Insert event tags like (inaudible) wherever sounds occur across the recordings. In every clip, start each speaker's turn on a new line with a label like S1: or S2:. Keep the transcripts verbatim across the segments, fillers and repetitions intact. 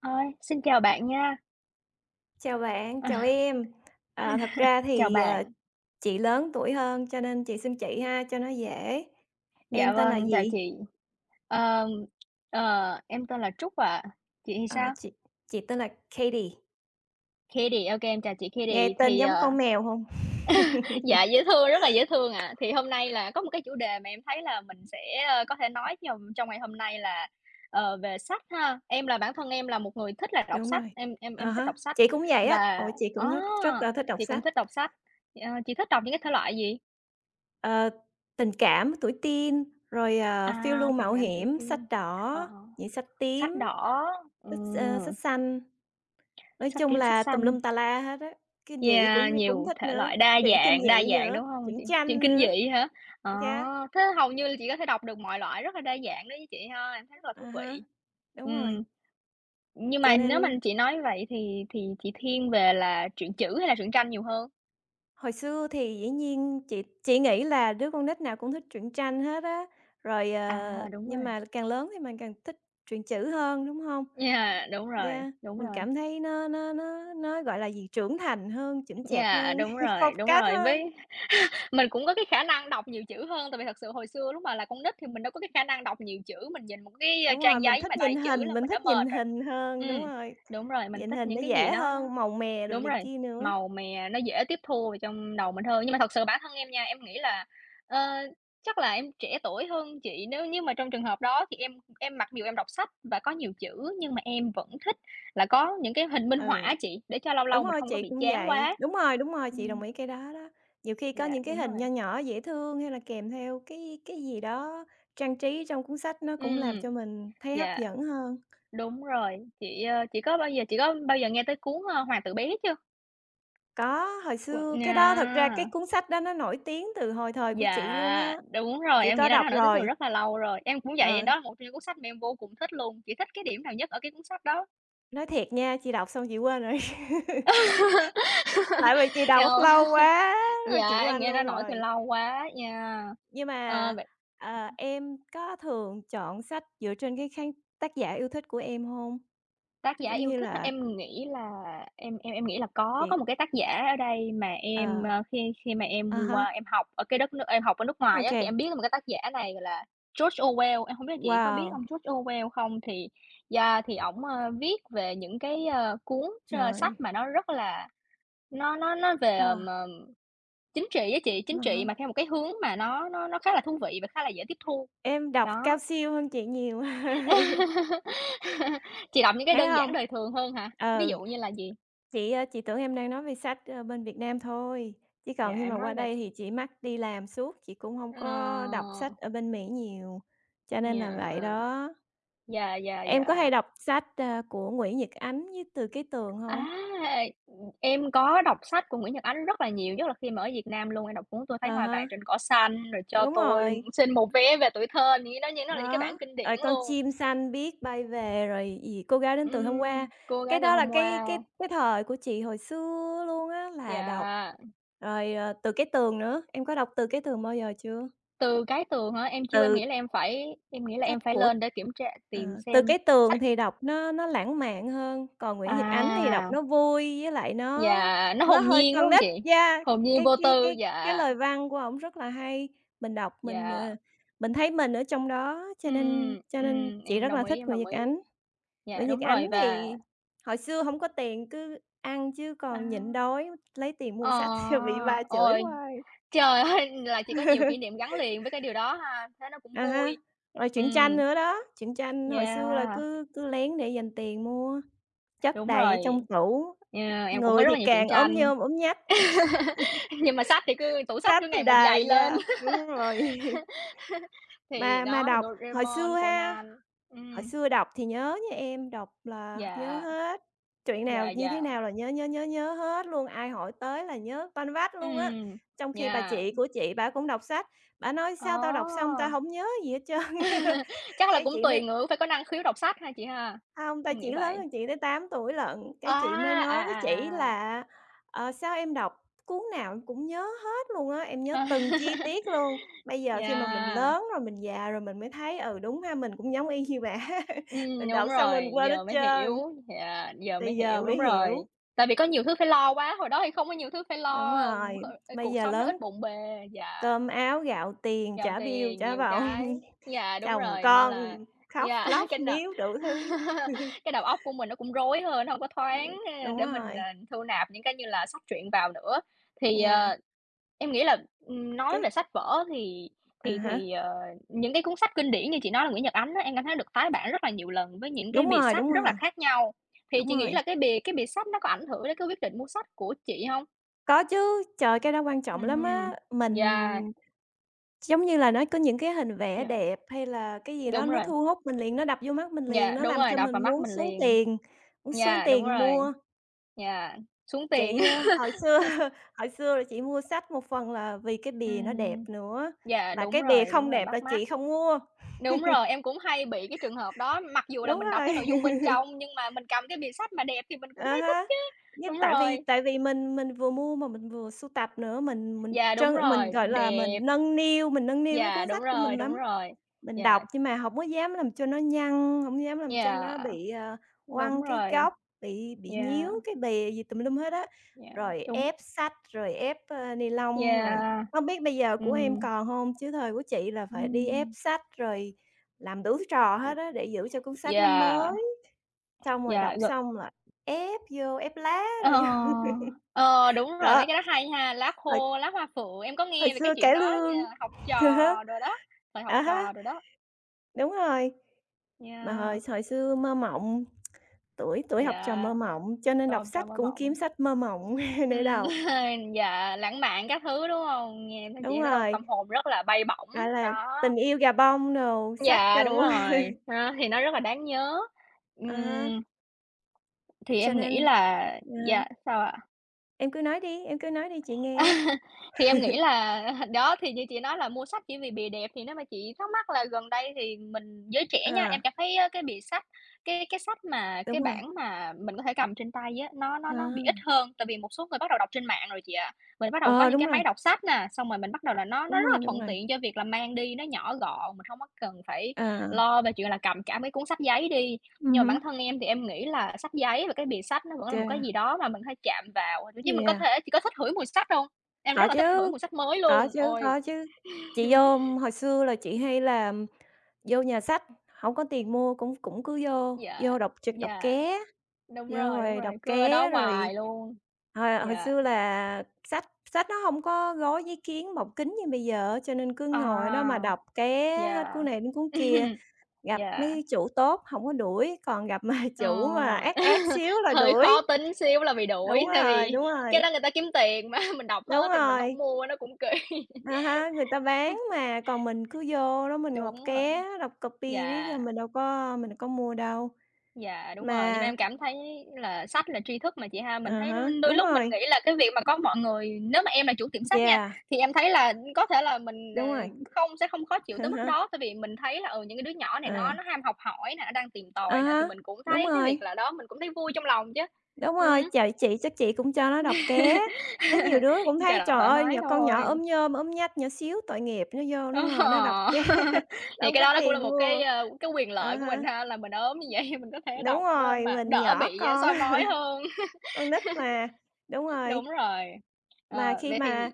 S1: Ơi, xin chào bạn nha.
S2: Chào bạn, chào
S1: À,
S2: em. À, thật ra
S1: chào
S2: thì,
S1: bạn.
S2: ờ, Chị lớn tuổi hơn cho nên chị xưng chị ha, cho nó dễ.
S1: Dạ
S2: Em tên là
S1: vâng, chào
S2: gì?
S1: chị. Ờ, ờ, em tên là Trúc ạ. Chị thì
S2: Ờ,
S1: sao?
S2: chị chị tên là Katie,
S1: Kitty, ô kê, em chào chị
S2: nghe
S1: Kitty.
S2: tên
S1: Thì, ờ
S2: giống con mèo không? (laughs)
S1: (laughs) dạ, dễ thương, rất là dễ thương ạ. Thì hôm nay là có một cái chủ đề mà em thấy là mình sẽ, ơ, có thể nói trong trong ngày hôm nay là, ờ, về sách ha. Em là bản thân em là một người thích là đọc
S2: Đúng
S1: sách,
S2: rồi,
S1: em em
S2: à
S1: em thích
S2: há,
S1: đọc sách
S2: chị cũng vậy á,
S1: và
S2: ồ, chị
S1: á,
S2: cũng rất rất là thích đọc
S1: thì cũng
S2: sách.
S1: thích đọc sách. Ờ, chị thích đọc những cái thể loại gì?
S2: Ờ, tình cảm, tuổi teen, rồi, ờ, phiêu
S1: À,
S2: lưu
S1: tình
S2: mạo
S1: cảm tuổi
S2: hiểm,
S1: teen.
S2: sách
S1: Ờ.
S2: đỏ,
S1: ờ.
S2: những sách
S1: Sách
S2: tím,
S1: đỏ,
S2: sách, ơ,
S1: ừm,
S2: sách xanh. Nói
S1: sách
S2: chung
S1: tím, sách
S2: là tùm
S1: xanh,
S2: lum tà la hết á, kinh dị
S1: yeah,
S2: cũng cũng
S1: nhiều
S2: thích
S1: thể
S2: nữa,
S1: loại đa
S2: truyện kinh
S1: dạng, đa
S2: dị
S1: dạng,
S2: nữa,
S1: đúng hông chị?
S2: truyện
S1: Chuyện
S2: tranh
S1: kinh
S2: nữa,
S1: dị hả? Ờ,
S2: yeah,
S1: thế hầu như là chị có thể đọc được mọi loại rất là đa dạng đó với chị ha, em thấy rất là thú
S2: à
S1: vị.
S2: há, đúng rồi.
S1: Ừm, nhưng
S2: Cho
S1: mà nếu mà
S2: nên
S1: chị nói vậy thì thì chị thiên về là truyện chữ hay là truyện tranh nhiều hơn?
S2: hồi xưa thì dĩ nhiên chị chị nghĩ là đứa con nít nào cũng thích truyện tranh hết á, rồi,
S1: À,
S2: ờ,
S1: đúng
S2: nhưng
S1: rồi,
S2: mà càng lớn thì mình càng thích truyện chữ hơn, đúng hông?
S1: yeah, đúng rồi,
S2: Yeah,
S1: đúng
S2: mình
S1: rồi,
S2: cảm thấy nó nó nó nó, gọi là gì, trưởng thành hơn, chững chạc
S1: yeah,
S2: hơn,
S1: đúng
S2: (laughs)
S1: rồi,
S2: phong
S1: đúng
S2: cách
S1: rồi,
S2: hơn.
S1: với mình cũng có cái khả năng đọc nhiều chữ hơn, tại vì thật sự hồi xưa lúc mà là con nít thì mình đâu có cái khả năng đọc nhiều chữ, mình nhìn một cái, ơ,
S2: Đúng rồi,
S1: trang
S2: mình
S1: giấy mà
S2: thích
S1: đầy
S2: nhìn
S1: chữ
S2: hình,
S1: là
S2: mình
S1: mình đã
S2: thích nhìn
S1: mệt rồi.
S2: hình hơn, đúng
S1: Ừm,
S2: rồi.
S1: đúng rồi, mình
S2: Nhìn
S1: thích
S2: hình
S1: những
S2: nó
S1: cái gì
S2: dễ
S1: đó nó
S2: hơn, màu mè đồ
S1: đúng
S2: này
S1: rồi,
S2: kia nữa.
S1: màu mè nó dễ tiếp thu vào trong đầu mình hơn. Nhưng mà thật sự bản thân em nha, em nghĩ là, ờ, chắc là em trẻ tuổi hơn chị, nếu như mà trong trường hợp đó thì em em mặc dù em đọc sách và có nhiều chữ, nhưng mà em vẫn thích là có những cái hình minh họa
S2: Ừ.
S1: á chị, để cho lâu
S2: Đúng
S1: lâu mình
S2: rồi,
S1: không có
S2: chị
S1: bị
S2: cũng
S1: chán
S2: vậy.
S1: quá.
S2: Đúng rồi, đúng rồi, chị đồng
S1: Ừm,
S2: ý cái đó đó. Nhiều khi có
S1: dạ,
S2: những cái
S1: đúng
S2: hình
S1: rồi.
S2: nho nhỏ dễ thương hay là kèm theo cái cái gì đó trang trí trong cuốn sách nó cũng làm cho
S1: Ừm.
S2: mình thấy hấp
S1: Dạ,
S2: dẫn hơn.
S1: đúng rồi. Chị, ơ, chị có bao giờ chị có bao giờ nghe tới cuốn, ơ, Hoàng tử bé chưa?
S2: Có, hồi
S1: Của
S2: xưa cái đó thật ra cái
S1: à,
S2: cuốn sách đó nó nổi tiếng từ hồi thời của chị luôn
S1: dạ,
S2: á,
S1: đúng rồi,
S2: chị
S1: em nghĩ
S2: có
S1: là
S2: đọc
S1: nó nổi tiếng từ
S2: rồi.
S1: rất là lâu rồi. Em cũng vậy,
S2: Ờ,
S1: đó là một trong những cuốn sách mà em vô cùng thích luôn. Chị thích cái điểm nào nhất ở cái cuốn sách đó?
S2: nói thiệt nha, chị đọc xong chị quên rồi.
S1: (laughs)
S2: Tại vì chị đọc
S1: Ờ,
S2: lâu quá rồi chị
S1: dạ, em nghĩ
S2: quên
S1: nó
S2: luôn
S1: nổi từ
S2: rồi.
S1: lâu quá, nha.
S2: Nhưng
S1: Ờ,
S2: mà,
S1: vậy
S2: ờ, em có thường chọn sách dựa trên cái khán tác giả yêu thích của em hông?
S1: tác giả
S2: Giống
S1: yêu
S2: như
S1: thích hả?
S2: là
S1: Em nghĩ là em em em nghĩ là có có
S2: chị
S1: một cái tác giả ở đây mà em,
S2: ờ,
S1: ờ, khi khi mà
S2: à
S1: em
S2: há,
S1: qua em học ở cái đất nước em học ở nước
S2: ô
S1: ngoài á,
S2: kê.
S1: thì em biết là một cái tác giả này là George Orwell, em hông biết là chị có biết ông
S2: Wow,
S1: George Orwell không? Thì yeah, thì ổng, ờ, viết về những cái, ờ, cuốn, ơ, sách
S2: trời!
S1: mà nó rất là nó nó nó về,
S2: Ờ,
S1: ờm, ờm, chính trị á chị,
S2: à
S1: chính trị
S2: há.
S1: mà theo một cái hướng mà nó nó nó khá là thú vị và khá là dễ tiếp thu.
S2: Em đọc cao
S1: Đó.
S2: siêu hơn chị nhiều, (laughs)
S1: (laughs) Chị đọc những cái
S2: phải
S1: đơn giản
S2: hông?
S1: đời thường hơn hả? Ví
S2: Ừ,
S1: dụ như là gì?
S2: chị, ơ, chị tưởng em đang nói về sách, ơ, bên Việt Nam thôi, chứ
S1: Dạ,
S2: còn khi mà
S1: em nói
S2: qua
S1: là
S2: đây thì chị mắc đi làm suốt, chị cũng hông có đọc
S1: ờ,
S2: sách ở bên Mỹ nhiều, cho nên là vậy
S1: nhà
S2: đó.
S1: dạ, dạ,
S2: Em có hay
S1: dạ.
S2: đọc sách, a, của Nguyễn Nhật Ánh với Từ Cái Tường hông?
S1: À, em có đọc sách của Nguyễn Nhật Ánh rất là nhiều, nhất là khi mà ở Việt Nam luôn, em đọc cuốn Tôi thấy
S2: À
S1: hoa vàng
S2: ha,
S1: trên cỏ xanh, rồi Cho
S2: đúng
S1: tôi
S2: rồi,
S1: xin một vé về tuổi thơ, những đó những đó là những cái bản
S2: đó,
S1: kinh
S2: rồi
S1: điển
S2: "Con
S1: luôn.
S2: chim xanh biết bay về", rồi gì "Cô gái đến từ hôm
S1: Ừm,
S2: qua",
S1: Cô gái
S2: cái
S1: từ
S2: đó là
S1: hôm
S2: cái cái
S1: qua,
S2: cái thời của chị hồi xưa luôn á là đọc.
S1: dạ.
S2: Rồi, ờ, Từ Cái Tường nữa, em có đọc Từ Cái Tường bao giờ chưa?
S1: Từ cái tường hả? Em chưa, em
S2: Từ
S1: nghĩ là em phải em nghĩ là em
S2: Sách
S1: phải
S2: của
S1: lên để kiểm tra
S2: ờ,
S1: tìm
S2: Từ
S1: xem
S2: Cái Tường
S1: sách.
S2: thì đọc nó nó lãng mạn hơn, còn Nguyễn Nhật Ánh thì đọc
S1: À,
S2: nó vui, với lại nó
S1: dạ, nó
S2: nó
S1: hồn
S2: hơi
S1: nhiên đúng
S2: con
S1: không
S2: nít.
S1: chị?
S2: Yeah,
S1: Hồn nhiên
S2: cái
S1: vô
S2: cái
S1: tư,
S2: cái cái
S1: dạ,
S2: lời văn của ổng rất là hay, mình đọc mình,
S1: dạ.
S2: ờ, mình thấy mình ở trong đó, cho nên
S1: Ừm,
S2: cho nên
S1: ừm,
S2: chị
S1: em
S2: rất
S1: đồng
S2: là
S1: ý,
S2: thích
S1: em
S2: Nguyễn
S1: đồng
S2: Nhật
S1: ý.
S2: Ánh.
S1: Dạ,
S2: Nguyễn Nhật
S1: đúng rồi
S2: Ánh
S1: và
S2: thì hồi xưa không có tiền cứ ăn chứ
S1: à,
S2: còn nhịn đói, lấy tiền
S1: ờ,
S2: mua sách (laughs) thì bị ba chửi
S1: ôi,
S2: hoài.
S1: trời ơi, (laughs) là chị có nhiều kỷ niệm gắn liền với cái điều đó ha, thế nó cũng
S2: À ha,
S1: vui.
S2: rồi truyện
S1: Ừm,
S2: tranh nữa đó, truyện tranh hồi xưa là
S1: yeah,
S2: cứ cứ lén để dành tiền mua. Chất
S1: đúng
S2: đầy ở
S1: rồi,
S2: trong tủ,
S1: yeah, em cũng có
S2: người
S1: rất
S2: thì
S1: là nhiều truyện
S2: càng ốm
S1: tranh,
S2: nhom ốm nhách,
S1: (laughs) nhưng mà sách thì cứ tủ sách
S2: sách
S1: cứ ngày
S2: thì
S1: một dày
S2: đầy
S1: lên.
S2: ra
S1: (laughs)
S2: đúng rồi. (laughs)
S1: Thì
S2: Mà mà
S1: đó, thì
S2: đọc hồi
S1: Doraemon,
S2: xưa ha,
S1: Conan,
S2: hồi
S1: ừm,
S2: xưa đọc thì nhớ nha em, đọc là nhớ
S1: dạ,
S2: hết, chuyện nào
S1: dạ,
S2: như thế
S1: dạ,
S2: nào là nhớ, nhớ, nhớ, nhớ hết luôn, ai hỏi tới là nhớ toanh vách luôn á.
S1: ừm,
S2: Trong khi bà
S1: yeah,
S2: chị của chị bả cũng đọc sách, bả nói: "Sao tao đọc xong
S1: ờ.
S2: tao hổng nhớ gì hết trơn." (laughs)
S1: (laughs) Chắc là
S2: Cái
S1: cũng
S2: chuyện đó
S1: tùy ngữ phải có năng khiếu đọc sách ha chị ha?
S2: Hông, tại
S1: Em nghĩ
S2: chị lớn
S1: vậy.
S2: hơn chị tới tám tuổi lận, cái
S1: À,
S2: chị mới nói với chị
S1: à, à, à.
S2: là "Ờ, sao em đọc cuốn nào em cũng nhớ hết luôn á, em nhớ
S1: À.
S2: từng chi
S1: (laughs)
S2: tiết luôn." Bây giờ khi mà mình
S1: Yeah,
S2: lớn rồi, mình già rồi mình mới thấy, ừ, đúng ha, mình cũng giống y như bà (laughs) ha,
S1: ừm,
S2: mình
S1: đúng
S2: đọc xong mình
S1: rồi,
S2: quên
S1: giờ
S2: hết
S1: mới
S2: trơn,
S1: hiểu, yeah, giờ mới
S2: bây giờ
S1: hiểu, đúng
S2: mới
S1: rồi.
S2: hiểu.
S1: Tại vì có nhiều thứ phải lo quá, hồi đó thì không có nhiều thứ phải
S2: Đúng
S1: lo, ừm,
S2: rồi,
S1: h
S2: bây
S1: cuộc
S2: giờ
S1: sống nó
S2: lớn
S1: ít bộn bề, dạ
S2: cơm áo gạo tiền,
S1: giàu
S2: trả bill
S1: tiền,
S2: trả
S1: nhiều
S2: vòng,
S1: cái,
S2: (laughs)
S1: dạ đúng
S2: chồng
S1: rồi, nên
S2: con,
S1: là
S2: khóc
S1: dạ (laughs)
S2: lóc
S1: cái nào
S2: níu đủ thứ.
S1: (laughs)
S2: (laughs)
S1: cái đầu óc của mình nó cũng rối hơn, không có thoáng, ơ,
S2: Đúng
S1: để mình, ờ,
S2: rồi,
S1: thu nạp những cái như là sách truyện vào nữa. Thì,
S2: yeah,
S1: ờ Em nghĩ là, ừm, nói
S2: cái
S1: về sách vở thì
S2: à
S1: thì
S2: há,
S1: thì, ờ, những cái cuốn sách kinh điển như chị nói là Nguyễn Nhật Ánh á, em cảm thấy được tái bản rất là nhiều lần với những cái
S2: đúng
S1: bìa
S2: rồi,
S1: sách
S2: đúng
S1: rất là
S2: rồi.
S1: khác nhau. Thì
S2: Đúng
S1: chị nghĩ
S2: rồi,
S1: là cái bìa cái bìa sách nó có ảnh hưởng đến cái quyết định mua sách của chị không?
S2: có chứ, trời, cái đó quan trọng lắm á.
S1: Ừm, yeah,
S2: Mình giống như là nó có những cái hình vẽ
S1: yeah,
S2: đẹp hay là cái gì đó
S1: đúng
S2: nó
S1: rồi,
S2: thu hút mình liền, nó đập vô mắt mình liền,
S1: dạ
S2: nó
S1: đúng
S2: làm
S1: rồi,
S2: cho
S1: đập vào
S2: mình
S1: mắt
S2: muốn
S1: mình
S2: xuống
S1: liền.
S2: tiền, muốn xuống
S1: Dạ đúng
S2: tiền
S1: rồi,
S2: mua.
S1: dạ xuống tiền. (laughs)
S2: Chị, ơ, hồi xưa (laughs) hồi xưa là chị mua sách một phần là vì cái bìa nó đẹp
S1: Ừm,
S2: nữa,
S1: yeah,
S2: là
S1: đúng
S2: cái bìa
S1: rồi, đúng
S2: không
S1: rồi,
S2: đẹp là
S1: bắt mắt.
S2: chị không mua.
S1: Đúng rồi, em cũng hay bị cái trường hợp đó, mặc dù là
S2: Đúng
S1: mình đọc
S2: rồi.
S1: cái nội dung bên trong nhưng mà mình cầm cái bìa sách mà đẹp thì mình cũng
S2: À
S1: thấy thích
S2: ha.
S1: chứ.
S2: Nhưng
S1: Đúng
S2: tại
S1: rồi,
S2: vì tại vì mình mình vừa mua mà mình vừa sưu tập nữa, mình mình
S1: yeah, đúng
S2: trân mình,
S1: rồi,
S2: gọi là, mình
S1: đẹp,
S2: nâng niu mình nâng niu cái
S1: yeah,
S2: cuốn
S1: đúng
S2: sách của mình
S1: rồi, đúng
S2: lắm.
S1: rồi,
S2: Mình
S1: yeah,
S2: đọc nhưng mà hổng có dám làm cho nó nhăn, hổng dám làm cho nó
S1: yeah,
S2: bị, ờ,
S1: đúng
S2: oăn cái
S1: rồi,
S2: góc, bị bị nhíu
S1: yeah,
S2: cái bìa gì tùm lum hết á,
S1: yeah,
S2: rồi
S1: đúng,
S2: ép sách, rồi ép, ơ, ni lông, rồi
S1: yeah,
S2: hông biết bây giờ của em
S1: ừm,
S2: còn hông? Chứ thời của chị là phải đi ép
S1: ừm,
S2: sách, rồi làm đủ trò hết á để giữ cho cuốn sách nó
S1: yeah,
S2: mới. Xong rồi
S1: yeah,
S2: đọc
S1: g
S2: xong là ép vô, ép lá
S1: ờ,
S2: rồi vô.
S1: ờ, đúng
S2: (laughs)
S1: rồi,
S2: Đó,
S1: mấy cái đó hay ha, lá
S2: hồi
S1: khô, lá hoa phượng, em có
S2: hồi
S1: nghe về cái
S2: xưa
S1: chuyện
S2: cải
S1: đó,
S2: lương,
S1: yeah, học
S2: (laughs) à há,
S1: trò đồ đó, thời học
S2: à há,
S1: trò đồ đó,
S2: đúng rồi, mà
S1: yeah,
S2: hồi hồi xưa mơ mộng, tuổi tuổi học trò
S1: yeah.
S2: mơ mộng, cho nên đọc
S1: Ôm trọn
S2: sách
S1: mơ
S2: cũng kiếm
S1: mộng.
S2: sách mơ mộng (laughs) để
S1: Ừm,
S2: đọc.
S1: (laughs) dạ, lãng mạn các thứ, đúng hông? Nghe nói chị
S2: Đúng
S1: có tâm
S2: rồi,
S1: tâm hồn rất là bay bổng,
S2: gọi là
S1: đó.
S2: Tình yêu gà bông đồ, sách
S1: Dạ, đúng
S2: đồ, (laughs)
S1: rồi, đó, thì nó rất là đáng nhớ.
S2: à há,
S1: Ừm, thì
S2: cho
S1: em
S2: nên
S1: nghĩ là
S2: à,
S1: dạ, sao ạ?
S2: em cứ nói đi, em cứ nói đi chị
S1: À,
S2: nghe.
S1: (laughs) thì em nghĩ
S2: (laughs)
S1: là (laughs) đó, thì như chị nói là mua sách chỉ vì bìa đẹp, thì nếu mà chị thắc mắc là gần đây thì mình giới trẻ nha, em
S2: À,
S1: cảm thấy á cái bìa sách, cái cái sách mà cái
S2: đúng rồi,
S1: bản mà mình có thể cầm trên tay á, nó nó
S2: à,
S1: nó bị ít hơn, tại vì một số người bắt đầu đọc trên mạng rồi chị ạ. Mình bắt đầu có
S2: ờ,
S1: những
S2: đúng
S1: cái
S2: rồi,
S1: máy đọc sách nè, xong rồi mình bắt đầu là nó nó
S2: đúng
S1: rất là
S2: rồi, đúng
S1: thuận
S2: rồi,
S1: tiện cho việc là mang đi, nó nhỏ gọn, mình không có cần phải
S2: à,
S1: lo về chuyện là cầm cả mấy cuốn sách giấy đi. Nhưng
S2: ừm
S1: mà
S2: hứm,
S1: bản thân em thì em nghĩ là sách giấy và cái bìa sách nó vẫn là một cái
S2: yeah,
S1: gì đó mà mình có chạm vào, thậm chí mình có
S2: yeah,
S1: thể chị có thích hửi mùi sách hông? Em rất
S2: có
S1: là thích hửi
S2: chứ.
S1: mùi sách mới
S2: Có
S1: luôn.
S2: chứ,
S1: Ôi,
S2: có chứ. Chị vô hồi xưa là chị hay là vô nhà sách, hổng có tiền mua cũng cũng cứ vô,
S1: dạ,
S2: vô đọc truyện đọc
S1: dạ,
S2: ké,
S1: đúng
S2: vô
S1: rồi, đúng
S2: rồi
S1: rồi,
S2: đọc
S1: cứ ở đó
S2: ké rồi
S1: hoài luôn.
S2: hồi hồi
S1: Dạ,
S2: xưa là sách sách nó hông có gói giấy kiến bọc kính như bây giờ á, cho nên cứ ngồi ở đó mà
S1: à,
S2: đọc ké hết
S1: dạ,
S2: cuốn này đến cuốn kia,
S1: (laughs)
S2: gặp
S1: dạ,
S2: mấy chủ tốt hổng có đuổi, còn gặp mà (laughs)
S1: ờ,
S2: chủ mà ác ác
S1: (laughs)
S2: xíu là
S1: hơi khó
S2: đuổi.
S1: tính xíu là bị
S2: Đúng
S1: đuổi, tại
S2: rồi,
S1: vì
S2: đúng
S1: cái
S2: rồi,
S1: đó người ta kiếm tiền mà, (laughs) mình đọc hết
S2: đúng
S1: thì mình không
S2: rồi.
S1: mua nó cũng kỳ. (laughs)
S2: À ha, người ta bán mà, còn mình cứ vô đó mình ngộp
S1: Đúng rồi,
S2: ké, đọc copy riết
S1: dạ.
S2: rồi mình đâu có mình có mua đâu.
S1: Dạ, đúng rồi, nhưng mà
S2: Mà
S1: em cảm thấy là sách là tri thức mà chị ha. Mình
S2: à
S1: thấy
S2: há,
S1: đôi
S2: đúng
S1: lúc mình
S2: rồi,
S1: nghĩ là cái việc mà có mọi người nếu mà em là chủ tiệm sách nha,
S2: yeah,
S1: thì em thấy là có thể là mình, ờ,
S2: đúng rồi,
S1: không sẽ không khó
S2: (laughs)
S1: chịu
S2: à
S1: tới mức
S2: há,
S1: đó, tại vì mình thấy là, ừ, những cái đứa nhỏ này
S2: ờ,
S1: nó nó ham học hỏi nè, nó đang tìm
S2: à
S1: tòi nè, thì
S2: há,
S1: mình cũng
S2: đúng
S1: thấy cái việc
S2: rồi,
S1: là đó mình cũng thấy vui trong lòng chứ.
S2: đúng rồi,
S1: Ừm,
S2: trời, chị chắc chị cũng cho nó đọc ké. Có nhiều đứa cũng
S1: cho (laughs)
S2: thấy,
S1: đọc
S2: trời
S1: thoải
S2: ơi,
S1: mái
S2: nhỏ con
S1: thôi.
S2: nhỏ ốm nhom, ốm nhách, nhỏ xíu, tội nghiệp, nó vô
S1: Ờ.
S2: nó ngồi nó đọc ké,
S1: (laughs)
S2: (laughs)
S1: Thì
S2: nó
S1: cái
S2: có
S1: đó nó cũng là
S2: tiền
S1: một cái,
S2: mua.
S1: ờ, cái quyền lợi
S2: À
S1: của mình
S2: há,
S1: ha, là mình ốm như vậy (laughs) mình có thể
S2: đúng
S1: đọc, ơ,
S2: rồi,
S1: mà
S2: mình
S1: đỡ
S2: nhỏ
S1: bị, ờ,
S2: con,
S1: soi
S2: (laughs)
S1: mói hơn.
S2: con nít mà, đúng rồi.
S1: Đúng rồi.
S2: Mà
S1: Ờ,
S2: khi
S1: vậy
S2: mà
S1: thì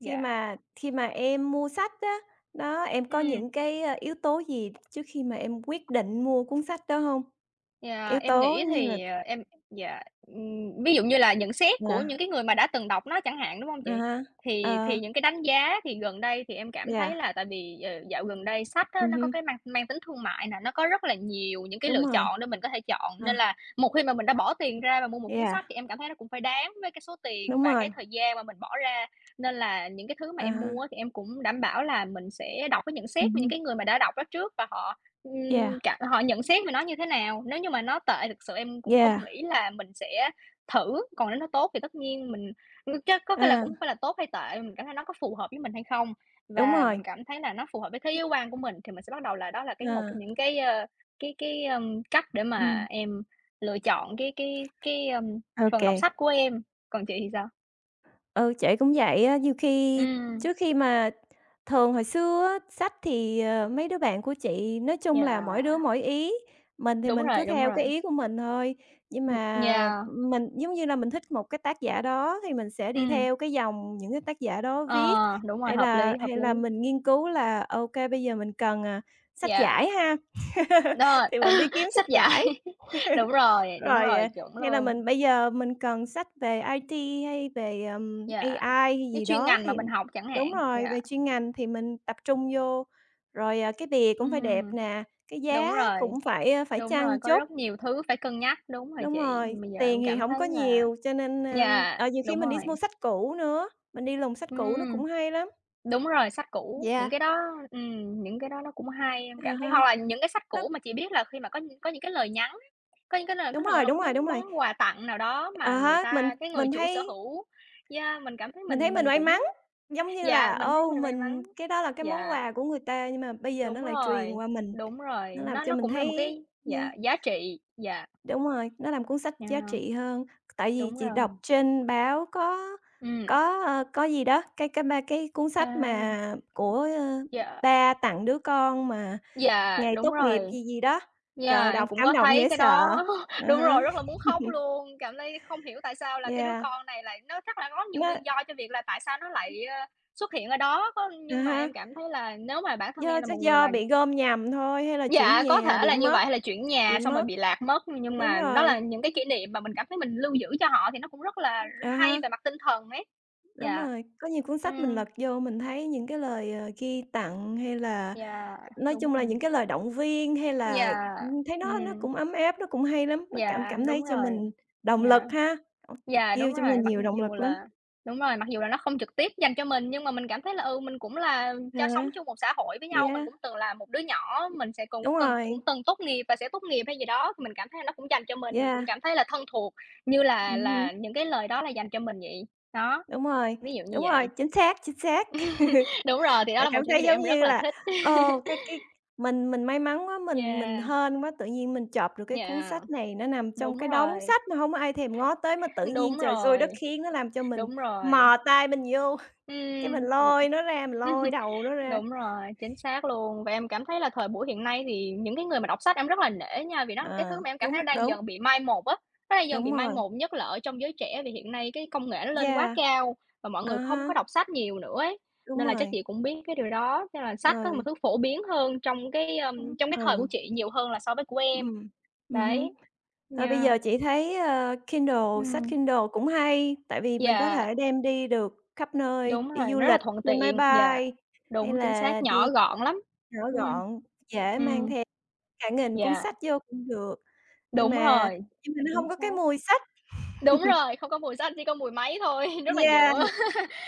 S2: Khi mà khi mà em mua sách á, đó, em có
S1: ừ
S2: những cái, a, yếu tố gì trước khi mà em quyết định mua cuốn sách đó hông? Yếu
S1: yeah, em
S2: tố
S1: nghĩ
S2: như là
S1: thì, ờ, em dạ, ừm, ví dụ như là nhận xét của những
S2: à,
S1: cái người mà đã từng đọc nó chẳng hạn, đúng không chị?
S2: à há,
S1: Thì thì
S2: ờ,
S1: những cái đánh giá thì gần đây thì em cảm thấy
S2: yeah,
S1: là tại vì, ờ, dạo gần đây sách á,
S2: ừm
S1: nó có
S2: hưm,
S1: cái mang mang tính thương mại nè, nó có rất là nhiều những cái
S2: đúng
S1: lựa
S2: rồi,
S1: chọn để mình có thể chọn, nên
S2: à,
S1: là một khi mà mình đã bỏ tiền ra và mua một cuốn
S2: yeah,
S1: sách thì em cảm thấy nó cũng phải đáng với cái số tiền
S2: đúng
S1: và cái
S2: rồi,
S1: thời gian mà mình bỏ ra. Nên là những cái thứ mà
S2: à
S1: em
S2: há,
S1: mua á, thì em cũng đảm bảo là mình sẽ đọc cái nhận xét
S2: ừm
S1: của những
S2: hưm,
S1: cái người mà đã đọc đó trước và họ Ừm,
S2: yeah,
S1: cả họ nhận xét về nó như thế nào? Nếu như mà nó tệ thực sự em cũng không
S2: yeah,
S1: nghĩ là mình sẽ thử, còn nếu nó tốt thì tất nhiên mình ưm, có cái là
S2: à,
S1: cũng hông phải là tốt hay tệ, mình cảm thấy nó có phù hợp với mình hay không.
S2: đúng
S1: Và
S2: rồi,
S1: mình cảm thấy là nó phù hợp với thế giới quan của mình thì mình sẽ bắt đầu là đó là cái một trong
S2: à,
S1: những cái, ơ, cái cái, ưm, cách để
S2: ừm,
S1: mà em lựa chọn cái cái cái, ưm,
S2: ô
S1: phần
S2: kê.
S1: đọc sách của em. Còn chị thì sao?
S2: Ừ, chị cũng vậy á, nhiều khi
S1: Ừm,
S2: trước khi mà thường hồi xưa á, sách thì, ờ, mấy đứa bạn của chị nói chung là
S1: yeah,
S2: mỗi đứa mỗi ý, mình thì
S1: đúng
S2: mình
S1: rồi,
S2: cứ
S1: đúng
S2: theo cái
S1: rồi.
S2: ý của mình thôi. Nhưng
S1: Ừm,
S2: mà
S1: yeah,
S2: mình giống như là mình thích một cái tác giả đó thì mình sẽ đi
S1: ừm,
S2: theo cái dòng những cái tác giả đó viết,
S1: ờ, đúng rồi,
S2: hay
S1: hợp lý,
S2: là
S1: hợp
S2: hay
S1: lý.
S2: là mình nghiên cứu là ok bây giờ mình cần, à, sách
S1: Dạ.
S2: giải ha, (laughs)
S1: Ờ.
S2: thì mình đi kiếm
S1: Sách
S2: sách
S1: vở.
S2: giải.
S1: (laughs) Đúng rồi, đúng
S2: Rồi,
S1: rồi,
S2: à,
S1: chuẩn
S2: nghĩa là
S1: luôn.
S2: mình bây giờ mình cần sách về ai ti hay về, ừm, a i
S1: Dạ,
S2: hay
S1: cái
S2: gì
S1: chuyên
S2: đó
S1: ngành mà
S2: thì
S1: mình học chẳng
S2: đúng
S1: hạn,
S2: rồi,
S1: dạ.
S2: về chuyên ngành thì mình tập trung vô, rồi, à, cái bìa cũng phải đẹp
S1: Ừm,
S2: nè, cái giá
S1: đúng rồi,
S2: cũng phải, ơ, phải
S1: đúng rồi,
S2: chăng
S1: có
S2: chút.
S1: rất nhiều thứ phải cân nhắc, đúng rồi
S2: Đúng
S1: chị,
S2: rồi,
S1: bây giờ
S2: tiền
S1: em
S2: thì
S1: cảm
S2: hổng
S1: thấy
S2: có
S1: là
S2: nhiều cho nên,
S1: dạ
S2: ơ ờ, nhiều khi
S1: đúng
S2: mình đi
S1: rồi.
S2: mua sách cũ nữa, mình đi lùng sách cũ nó
S1: Ừm,
S2: cũng hay lắm.
S1: đúng rồi, sách cũ, những
S2: Yeah.
S1: cái đó ừm, những cái đó nó cũng hay, em cảm
S2: À
S1: thấy
S2: ha,
S1: hoặc là những cái sách
S2: nó
S1: cũ mà chị biết là khi mà có những- có những cái lời nhắn có những cái lời có
S2: đúng
S1: thể
S2: rồi,
S1: là cái
S2: đúng rồi,
S1: món
S2: đúng rồi.
S1: món quà tặng nào đó
S2: À
S1: mà người
S2: há, mình
S1: ta cái người
S2: mình
S1: chủ sở
S2: thấy
S1: hữu yeah, mình cảm thấy
S2: Mình thấy
S1: mình
S2: mình
S1: mình
S2: may mắn,
S1: cũng.
S2: giống như
S1: Dạ,
S2: là,
S1: mình thấy
S2: ô,
S1: mình may
S2: mình
S1: mắn.
S2: cái đó là cái món
S1: Dạ,
S2: quà của người ta nhưng mà bây giờ
S1: đúng
S2: nó lại truyền
S1: rồi,
S2: qua mình,
S1: đúng rồi,
S2: nó làm
S1: nó
S2: cho
S1: nó
S2: mình
S1: cũng là một
S2: thấy
S1: cái dạ,
S2: yeah,
S1: giá trị, dạ,
S2: đúng rồi, nó làm cuốn sách giá
S1: yeah,
S2: trị hơn. Tại vì
S1: đúng
S2: chị đọc
S1: rồi.
S2: trên báo có
S1: Ừm,
S2: có, ờ, có gì đó, cái cái ba cái cuốn
S1: ờ,
S2: sách mà của, ơ,
S1: dạ,
S2: ba tặng đứa con mà
S1: dạ,
S2: ngày
S1: đúng
S2: tốt nghiệp
S1: rồi,
S2: gì gì đó, trời ơi,
S1: yeah, em
S2: đọc
S1: cũng
S2: cảm
S1: có
S2: động
S1: thấy
S2: dễ
S1: cái
S2: sợ.
S1: đó. (laughs)
S2: À
S1: Đúng
S2: há,
S1: rồi, rất là muốn khóc luôn, cảm thấy không hiểu tại sao là cái đứa
S2: yeah,
S1: con này lại nó chắc là có nhiều
S2: nó
S1: nguyên do cho việc là tại sao nó lại, ơ, xuất hiện ở đó, có
S2: à
S1: nhưng mà
S2: ha,
S1: em cảm thấy là nếu mà bản thân em
S2: do
S1: là một
S2: chắc
S1: người
S2: do
S1: mà.
S2: bị gom nhầm thôi hay là chuyển
S1: Dạ, có
S2: nhà
S1: thể
S2: bị
S1: là như vậy,
S2: mất
S1: hay là chuyển nhà
S2: bị
S1: xong rồi
S2: mất.
S1: bị lạc mất, nhưng
S2: Đúng
S1: mà nó là
S2: rồi,
S1: những cái kỷ niệm mà mình cảm thấy mình lưu giữ cho họ thì nó cũng rất là
S2: à ha,
S1: hay về mặt tinh thần ấy.
S2: đúng
S1: Dạ,
S2: rồi. Có nhiều cuốn sách mình
S1: ừm,
S2: lật vô mình thấy những cái lời, ờ, ghi tặng hay là
S1: dạ,
S2: nói
S1: đúng
S2: chung là những
S1: rồi.
S2: cái lời động viên hay là,
S1: Dạ,
S2: ừm, thấy nó nó
S1: ừm,
S2: cũng ấm áp, nó cũng hay lắm, nó cảm
S1: dạ,
S2: cảm thấy
S1: đúng
S2: cho
S1: rồi,
S2: mình động lực
S1: dạ.
S2: ha, ừm,
S1: Yeah, đúng
S2: give cho
S1: rồi,
S2: mình
S1: mặc
S2: nhiều động
S1: dù
S2: lực lắm.
S1: là đúng rồi, mặc dù là nó không trực tiếp dành cho mình, nhưng mà mình cảm thấy là, ừ, mình cũng là
S2: À
S1: cho
S2: há,
S1: sống chung một xã hội với nhau, mình
S2: yeah,
S1: cũng từng là một đứa nhỏ, mình sẽ cũng
S2: đúng
S1: cần cũng
S2: rồi,
S1: từng tốt nghiệp và sẽ tốt nghiệp hay gì đó, thì mình cảm thấy là nó cũng dành cho mình, mình cũng
S2: yeah,
S1: cảm thấy là thân thuộc, như là
S2: ừm
S1: là những cái lời đó là dành cho mình vậy. Đó,
S2: đúng rồi,
S1: ví dụ như
S2: đúng
S1: vậy.
S2: rồi, chính xác, chính xác.
S1: (laughs) Đúng
S2: (laughs)
S1: rồi, thì đó
S2: Bạn
S1: là một
S2: cảm
S1: trong những cái
S2: thấy
S1: điều
S2: giống
S1: em rất
S2: như
S1: là
S2: là,
S1: thích.
S2: ờ,
S1: (laughs)
S2: cái cái mình mình may mắn quá, mình mình
S1: Yeah,
S2: hên quá, tự nhiên mình chộp được cái cuốn
S1: yeah,
S2: sách này, nó nằm trong
S1: đúng
S2: cái đống
S1: rồi,
S2: sách mà hông có ai thèm ngó tới, mà tự
S1: (laughs)
S2: nhiên
S1: đúng
S2: trời xui
S1: rồi,
S2: đất khiến nó làm cho mình
S1: đúng rồi.
S2: mò tay mình vô, (laughs) cái mình lôi nó ra, mình
S1: Ừm.
S2: lôi đầu nó
S1: (laughs)
S2: ra.
S1: Đúng rồi, chính xác luôn. Và em cảm thấy là thời buổi hiện nay thì những cái người mà đọc sách em rất là nể nha, vì đó là cái thứ
S2: Ờ,
S1: mà em cảm thấy
S2: đúng,
S1: đang
S2: đúng,
S1: dần bị mai một á, nó đang dần bị
S2: đúng
S1: mai
S2: rồi.
S1: một, nhất là ở trong giới trẻ vì hiện nay cái công nghệ nó lên quá
S2: Yeah,
S1: cao và mọi
S2: à
S1: người không
S2: há,
S1: có đọc sách nhiều nữa ấy.
S2: đúng
S1: Nên là chắc
S2: rồi,
S1: chị cũng biết cái điều đó, nên là sách có một
S2: ừ,
S1: thứ phổ biến hơn trong cái,
S2: ừ,
S1: ờm, trong cái thời của
S2: ừ,
S1: chị nhiều hơn là so với của em.
S2: ừm, ừm hứm.
S1: Đấy,
S2: Ờ, bây
S1: nha
S2: giờ chị thấy, ơ, Kindle, sách
S1: ừm,
S2: Kindle cũng hay, tại vì mình có
S1: yeah,
S2: thể đem đi được khắp nơi,
S1: đúng
S2: đi
S1: rồi,
S2: du
S1: nó rất là
S2: lịch
S1: thuận
S2: trên máy
S1: tiện, yeah,
S2: bay hay
S1: đúng, chính xác,
S2: là đi
S1: nhỏ gọn lắm.
S2: nhỏ
S1: Ừm,
S2: gọn, dễ mang
S1: ừm,
S2: theo cả nghìn cuốn
S1: yeah,
S2: sách vô cũng được, nhưng
S1: đúng
S2: mà
S1: rồi.
S2: nhưng mà nó
S1: Chính
S2: không có
S1: xác.
S2: cái mùi sách.
S1: Đúng rồi, không có mùi xách, chỉ có mùi máy thôi, (laughs) rất là
S2: Yeah.
S1: nhựa,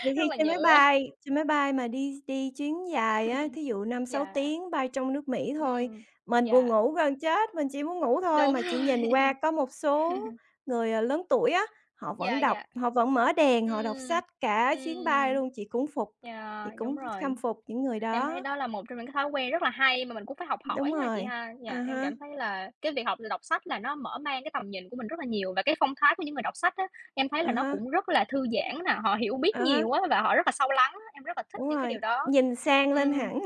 S2: Nhiều
S1: rất
S2: khi
S1: là
S2: trên máy
S1: nhựa.
S2: bay trên máy bay mà đi đi chuyến dài á, thí dụ năm sáu
S1: Dạ
S2: tiếng bay trong nước Mỹ thôi,
S1: ừm,
S2: mình buồn
S1: yeah,
S2: ngủ gần chết, mình chỉ muốn ngủ thôi,
S1: đúng
S2: mà chỉ
S1: rồi,
S2: nhìn qua
S1: (laughs)
S2: có một số người, ờ, lớn tuổi á, họ
S1: dạ
S2: vẫn đọc,
S1: dạ
S2: họ vẫn mở đèn, họ đọc
S1: ừm,
S2: sách cả chuyến bay
S1: ừm.
S2: luôn, chị cũng phục,
S1: Yeah,
S2: chị
S1: đúng
S2: cũng
S1: rồi.
S2: khâm phục những người
S1: Em thấy
S2: đó.
S1: đó là một trong những cái thói quen rất là hay mà mình cũng phải học
S2: Đúng
S1: hỏi ha chị
S2: rồi,
S1: ha. Dạ
S2: à
S1: em
S2: há,
S1: cảm thấy là cái việc học đọc sách là nó mở mang cái tầm nhìn của mình rất là nhiều và cái phong thái của những người đọc sách á, em thấy
S2: à
S1: là nó
S2: há.
S1: cũng rất là thư giãn nè, họ hiểu biết
S2: À há,
S1: nhiều á và họ rất là sâu lắng á, em rất là thích
S2: đúng
S1: những cái
S2: rồi,
S1: điều đó.
S2: nhìn sang lên
S1: Ừm,
S2: hẳn,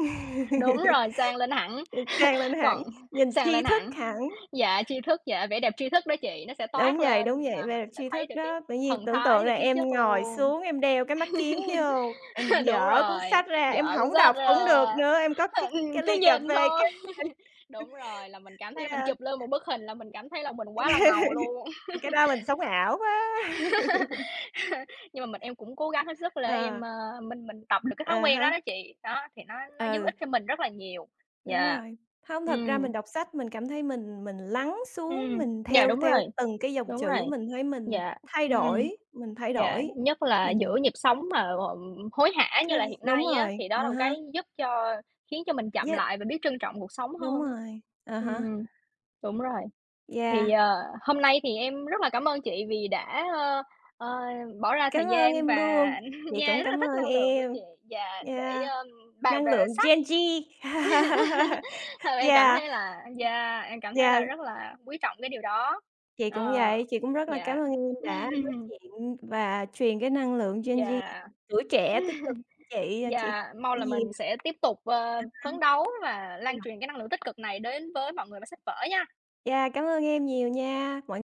S1: đúng rồi,
S2: (laughs)
S1: sang lên hẳn.
S2: nhìn sang lên
S1: Còn
S2: hẳn,
S1: (laughs)
S2: nhìn
S1: săn
S2: tri
S1: lên
S2: thức
S1: hẳn.
S2: hẳn.
S1: Dạ, tri thức, dạ, vẻ đẹp tri thức đó chị, nó sẽ
S2: Đúng
S1: toát
S2: vậy, đúng
S1: lên,
S2: vậy,
S1: à, mình
S2: về
S1: có thể
S2: tri
S1: thấy
S2: thức
S1: được cái
S2: đó. Tự nhiên
S1: thần
S2: tưởng
S1: thái
S2: tượng
S1: và
S2: là
S1: khí
S2: em
S1: chất
S2: ngồi
S1: luôn.
S2: xuống em đeo cái mắt kiếng vô, em
S1: (laughs) Đúng
S2: dở cuốn
S1: rồi,
S2: sách ra, em
S1: vợ cũng
S2: hổng
S1: rất
S2: đọc cũng được nữa, em có cái
S1: ừm,
S2: cái
S1: (laughs) cứ
S2: ly cà
S1: nhìn
S2: phê
S1: thôi.
S2: kế bên. (laughs)
S1: Đúng rồi, là mình cảm thấy mình
S2: Yeah,
S1: chụp lên một bức hình là mình cảm thấy là mình quá là ngầu luôn.
S2: ờ, cái đó mình sống ảo quá. (laughs)
S1: (laughs) Nhưng mà mình em cũng cố gắng hết sức để em,
S2: Ờ,
S1: ơ, mình mình tập được cái
S2: à
S1: thói quen đó
S2: há,
S1: đó chị, đó, thì nó nó giúp
S2: ừ,
S1: ích cho mình rất là nhiều.
S2: đúng
S1: Dạ.
S2: rồi. Hông, thật
S1: Ừm,
S2: ra mình đọc sách mình cảm thấy mình mình lắng xuống,
S1: ừm,
S2: mình
S1: dạ,
S2: theo
S1: đúng
S2: theo
S1: rồi,
S2: từng cái dòng
S1: đúng rồi,
S2: chữ mình thấy mình
S1: dạ,
S2: thay
S1: ừm.
S2: đổi, mình thay
S1: Yeah,
S2: đổi,
S1: nhất là giữa
S2: mình
S1: nhịp sống mà, ờ, hối hả như
S2: cái
S1: là hiện
S2: đúng
S1: nay á,
S2: rồi,
S1: thì đó
S2: à
S1: là một
S2: há.
S1: cái giúp cho khiến cho mình chậm
S2: Với
S1: lại và biết trân trọng cuộc sống
S2: Đúng
S1: hơn.
S2: rồi, à hả
S1: Ừm, đúng rồi. Thì,
S2: yeah,
S1: ờ, hôm nay thì em rất là cảm ơn chị vì đã, ơ, ờ, bỏ ra thời
S2: cảm ơn
S1: gian
S2: em
S1: và
S2: luôn,
S1: (laughs)
S2: chị
S1: nha,
S2: cũng
S1: rất là
S2: cảm
S1: thích
S2: ơn
S1: năng lượng của
S2: em.
S1: chị và để,
S2: Yeah,
S1: ơ, bàn
S2: năng
S1: về
S2: lượng
S1: sách.
S2: gen zi.
S1: (laughs)
S2: (laughs)
S1: Ờ, em cảm
S2: Yeah,
S1: thấy là yeah, em cảm thấy là
S2: yeah,
S1: rất là quý trọng cái điều đó.
S2: chị cũng
S1: Ờ,
S2: vậy, chị cũng rất là cảm
S1: dạ.
S2: ơn em đã nói
S1: (laughs)
S2: chuyện và truyền cái năng lượng gen zi,
S1: Yeah.
S2: tuổi trẻ tích cực đến chị, ờ, chị học
S1: Và mong
S2: hỏi
S1: là
S2: nhiều.
S1: mình sẽ tiếp tục, ờ,
S2: À
S1: phấn đấu và lan truyền cái năng lượng tích cực này đến với mọi người và sách vở nha.
S2: Yeah, cảm ơn em nhiều nha, mọi